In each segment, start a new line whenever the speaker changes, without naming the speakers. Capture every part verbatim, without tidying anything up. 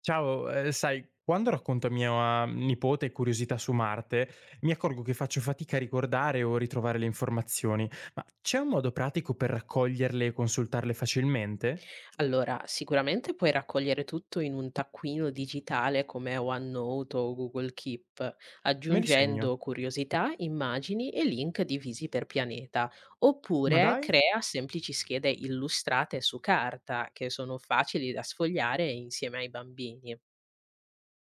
Ciao, ehm, sai, quando racconto a mia nipote curiosità su Marte, mi accorgo che faccio fatica a ricordare o ritrovare le informazioni. C'è un modo pratico per raccoglierle e consultarle facilmente?
Allora, sicuramente puoi raccogliere tutto in un taccuino digitale come OneNote o Google Keep,
Me li segno.
aggiungendo curiosità, immagini e link divisi per pianeta,
Ma
oppure
dai?
crea semplici schede illustrate su carta che sono facili da sfogliare insieme ai bambini.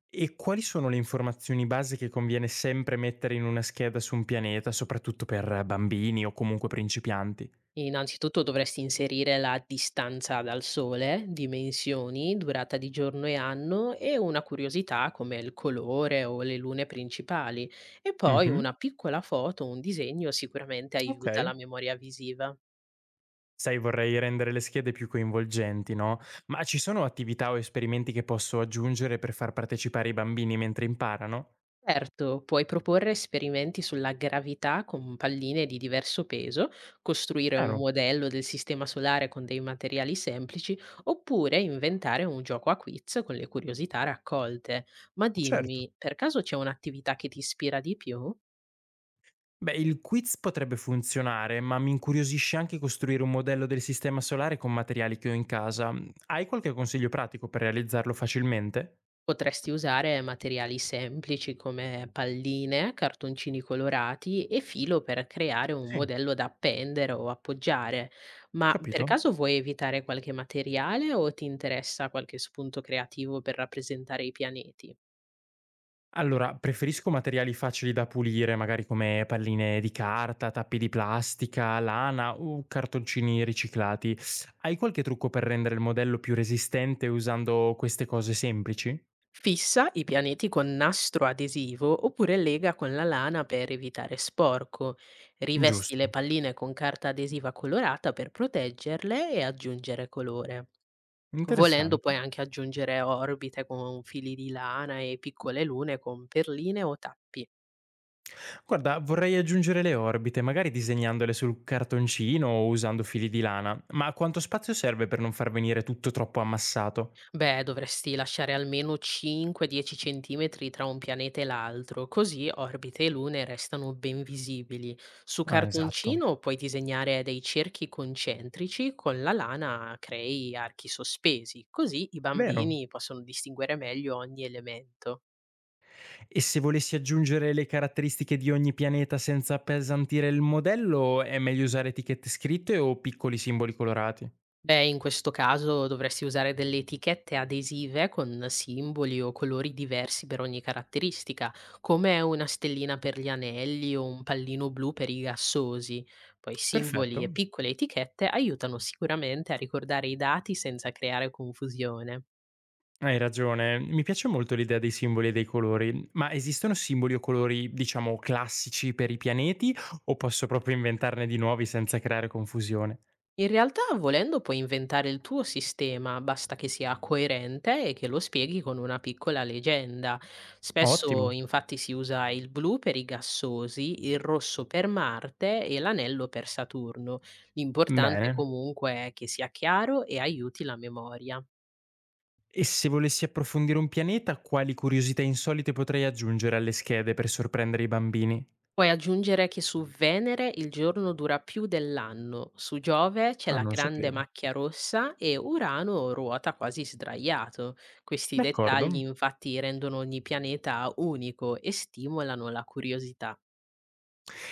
E quali sono le informazioni base che conviene sempre mettere in una scheda su un pianeta, soprattutto per bambini o comunque principianti?
Innanzitutto dovresti inserire la distanza dal sole, dimensioni, durata di giorno e anno e una curiosità come il colore o le lune principali. E poi
Mh-mh.
una piccola foto o un disegno sicuramente
Ok.
aiuta la memoria visiva.
Sai, vorrei rendere le schede più coinvolgenti, no? Ma ci sono attività o esperimenti che posso aggiungere per far partecipare i bambini mentre imparano?
Certo, puoi proporre esperimenti sulla gravità con palline di diverso peso, costruire un
Chiaro,
modello del sistema solare con dei materiali semplici, oppure inventare un gioco a quiz con le curiosità raccolte. Ma
certo.
dimmi, per caso c'è un'attività che ti ispira di più?
Beh, il quiz potrebbe funzionare, ma mi incuriosisce anche costruire un modello del sistema solare con materiali che ho in casa. Hai qualche consiglio pratico per realizzarlo facilmente?
Potresti usare materiali semplici come palline, cartoncini colorati e filo per creare un
Sì,
modello da appendere o appoggiare. Ma per
capito.
caso vuoi evitare qualche materiale o ti interessa qualche spunto creativo per rappresentare i pianeti?
Allora, preferisco materiali facili da pulire, magari come palline di carta, tappi di plastica, lana o cartoncini riciclati. Hai qualche trucco per rendere il modello più resistente usando queste cose semplici?
Fissa i pianeti con nastro adesivo oppure lega con la lana per evitare sporco. Rivesti
Giusto.
le palline con carta adesiva colorata per proteggerle e aggiungere colore. Volendo
Interessante.
puoi anche aggiungere orbite con fili di lana e piccole lune con perline o tappi.
Guarda, vorrei aggiungere le orbite, magari disegnandole sul cartoncino o usando fili di lana, ma quanto spazio serve per non far venire tutto troppo ammassato?
Beh, dovresti lasciare almeno cinque dieci cm tra un pianeta e l'altro, così orbite e lune restano ben visibili. Su
Ah, esatto.
cartoncino puoi disegnare dei cerchi concentrici, con la lana crei archi sospesi, così i
Vero?
bambini possono distinguere meglio ogni elemento.
E se volessi aggiungere le caratteristiche di ogni pianeta senza appesantire il modello, è meglio usare etichette scritte o piccoli simboli colorati?
Beh, in questo caso dovresti usare delle etichette adesive con simboli o colori diversi per ogni caratteristica, come una stellina per gli anelli o un pallino blu per i gassosi. Poi simboli e
Perfetto.
piccole etichette aiutano sicuramente a ricordare i dati senza creare confusione.
Hai ragione, mi piace molto l'idea dei simboli e dei colori, ma esistono simboli o colori, diciamo, classici per i pianeti o posso proprio inventarne di nuovi senza creare confusione?
In realtà, volendo, puoi inventare il tuo sistema, basta che sia coerente e che lo spieghi con una piccola leggenda.
Ottimo,
Spesso, infatti, si usa il blu per i gassosi, il rosso per Marte e l'anello per Saturno. L'importante
bene.
comunque è che sia chiaro e aiuti la memoria.
E se volessi approfondire un pianeta, quali curiosità insolite potrei aggiungere alle schede per sorprendere i bambini?
Puoi aggiungere che su Venere il giorno dura più dell'anno, su Giove c'è
Ah,
la
non lo
grande
sapevo.
macchia rossa e Urano ruota quasi sdraiato. Questi
D'accordo.
dettagli infatti rendono ogni pianeta unico e stimolano la curiosità.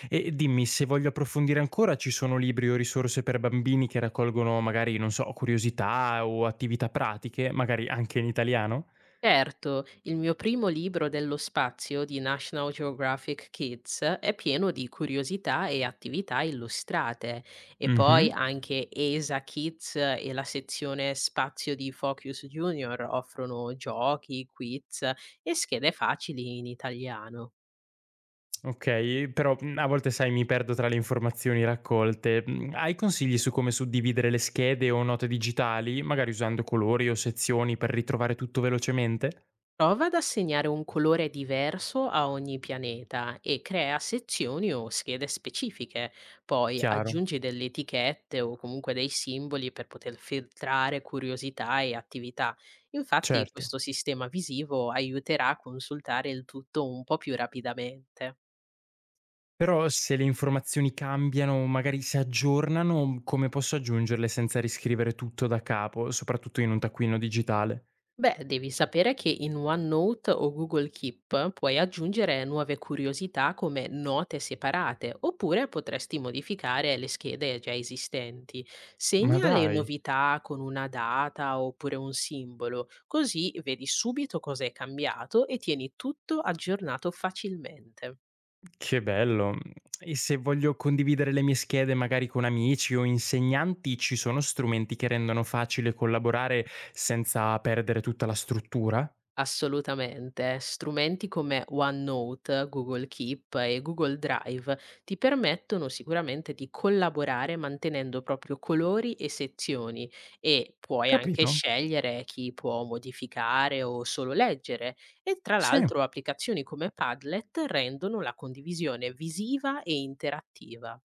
E dimmi, se voglio approfondire ancora, ci sono libri o risorse per bambini che raccolgono magari, non so, curiosità o attività pratiche, magari anche in italiano?
Certo, il mio primo libro dello spazio di National Geographic Kids è pieno di curiosità e attività illustrate e
Mh-mh.
poi anche ESA Kids e la sezione spazio di Focus Junior offrono giochi, quiz e schede facili in italiano.
Okay, però, mhmm, a volte sai mi perdo tra le informazioni raccolte. Mhmm, Hai consigli su come suddividere le schede o note digitali, magari usando colori o sezioni per ritrovare tutto velocemente?
Prova ad assegnare un colore diverso a ogni pianeta e crea sezioni o schede specifiche. Poi
Chiaro,
aggiungi delle etichette o comunque dei simboli per poter filtrare curiosità e attività. Infatti
certo.
questo sistema visivo aiuterà a consultare il tutto un po' più rapidamente.
Però se le informazioni cambiano, magari si aggiornano, come posso aggiungerle senza riscrivere tutto da capo, soprattutto in un taccuino digitale?
Beh, devi sapere che in OneNote o Google Keep puoi aggiungere nuove curiosità come note separate, oppure potresti modificare le schede già esistenti.
Ma
Segna le
dai,
novità con una data oppure un simbolo, così vedi subito cosa è cambiato e tieni tutto aggiornato facilmente.
che bello! E se voglio condividere le mie schede magari con amici o insegnanti, ci sono strumenti che rendono facile collaborare senza perdere tutta la struttura?
Assolutamente. Strumenti come OneNote, Google Keep e Google Drive ti permettono sicuramente di collaborare mantenendo proprio colori e sezioni e puoi anche
Capito?
scegliere chi può modificare o solo leggere. E tra
Sì.
l'altro applicazioni come Padlet rendono la condivisione visiva e interattiva.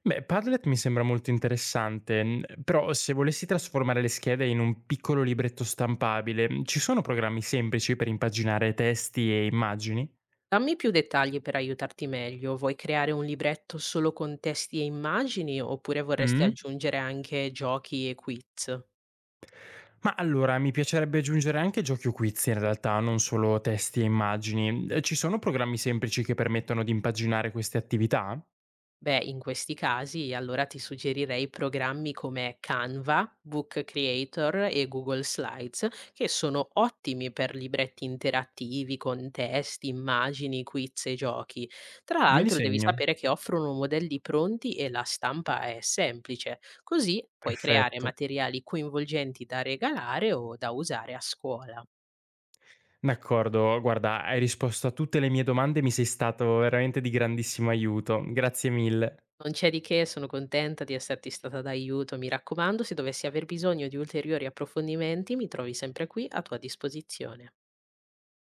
Beh, Padlet mi sembra molto interessante, n- però se volessi trasformare le schede in un piccolo libretto stampabile, m, ci sono programmi semplici per impaginare testi e immagini?
Dammi più dettagli per aiutarti meglio. Vuoi creare un libretto solo con testi e immagini oppure vorresti
Mm?
aggiungere anche giochi e quiz?
Ma allora, mi piacerebbe aggiungere anche giochi o quiz in realtà, non solo testi e immagini. Eh, Ci sono programmi semplici che permettono di impaginare queste attività?
Beh, in questi casi allora ti suggerirei programmi come Canva, Book Creator e Google Slides, che sono ottimi per libretti interattivi con testi, immagini, quiz e giochi. Tra
Me li
l'altro devi
segno.
sapere che offrono modelli pronti e la stampa è semplice, così puoi creare
Perfetto.
materiali coinvolgenti da regalare o da usare a scuola.
D'accordo, guarda, hai risposto a tutte le mie domande, mi sei stato veramente di grandissimo aiuto. Grazie mille.
Non c'è di che, sono contenta di esserti stata d'aiuto. Mi raccomando, se dovessi aver bisogno di ulteriori approfondimenti, mi trovi sempre qui a tua disposizione.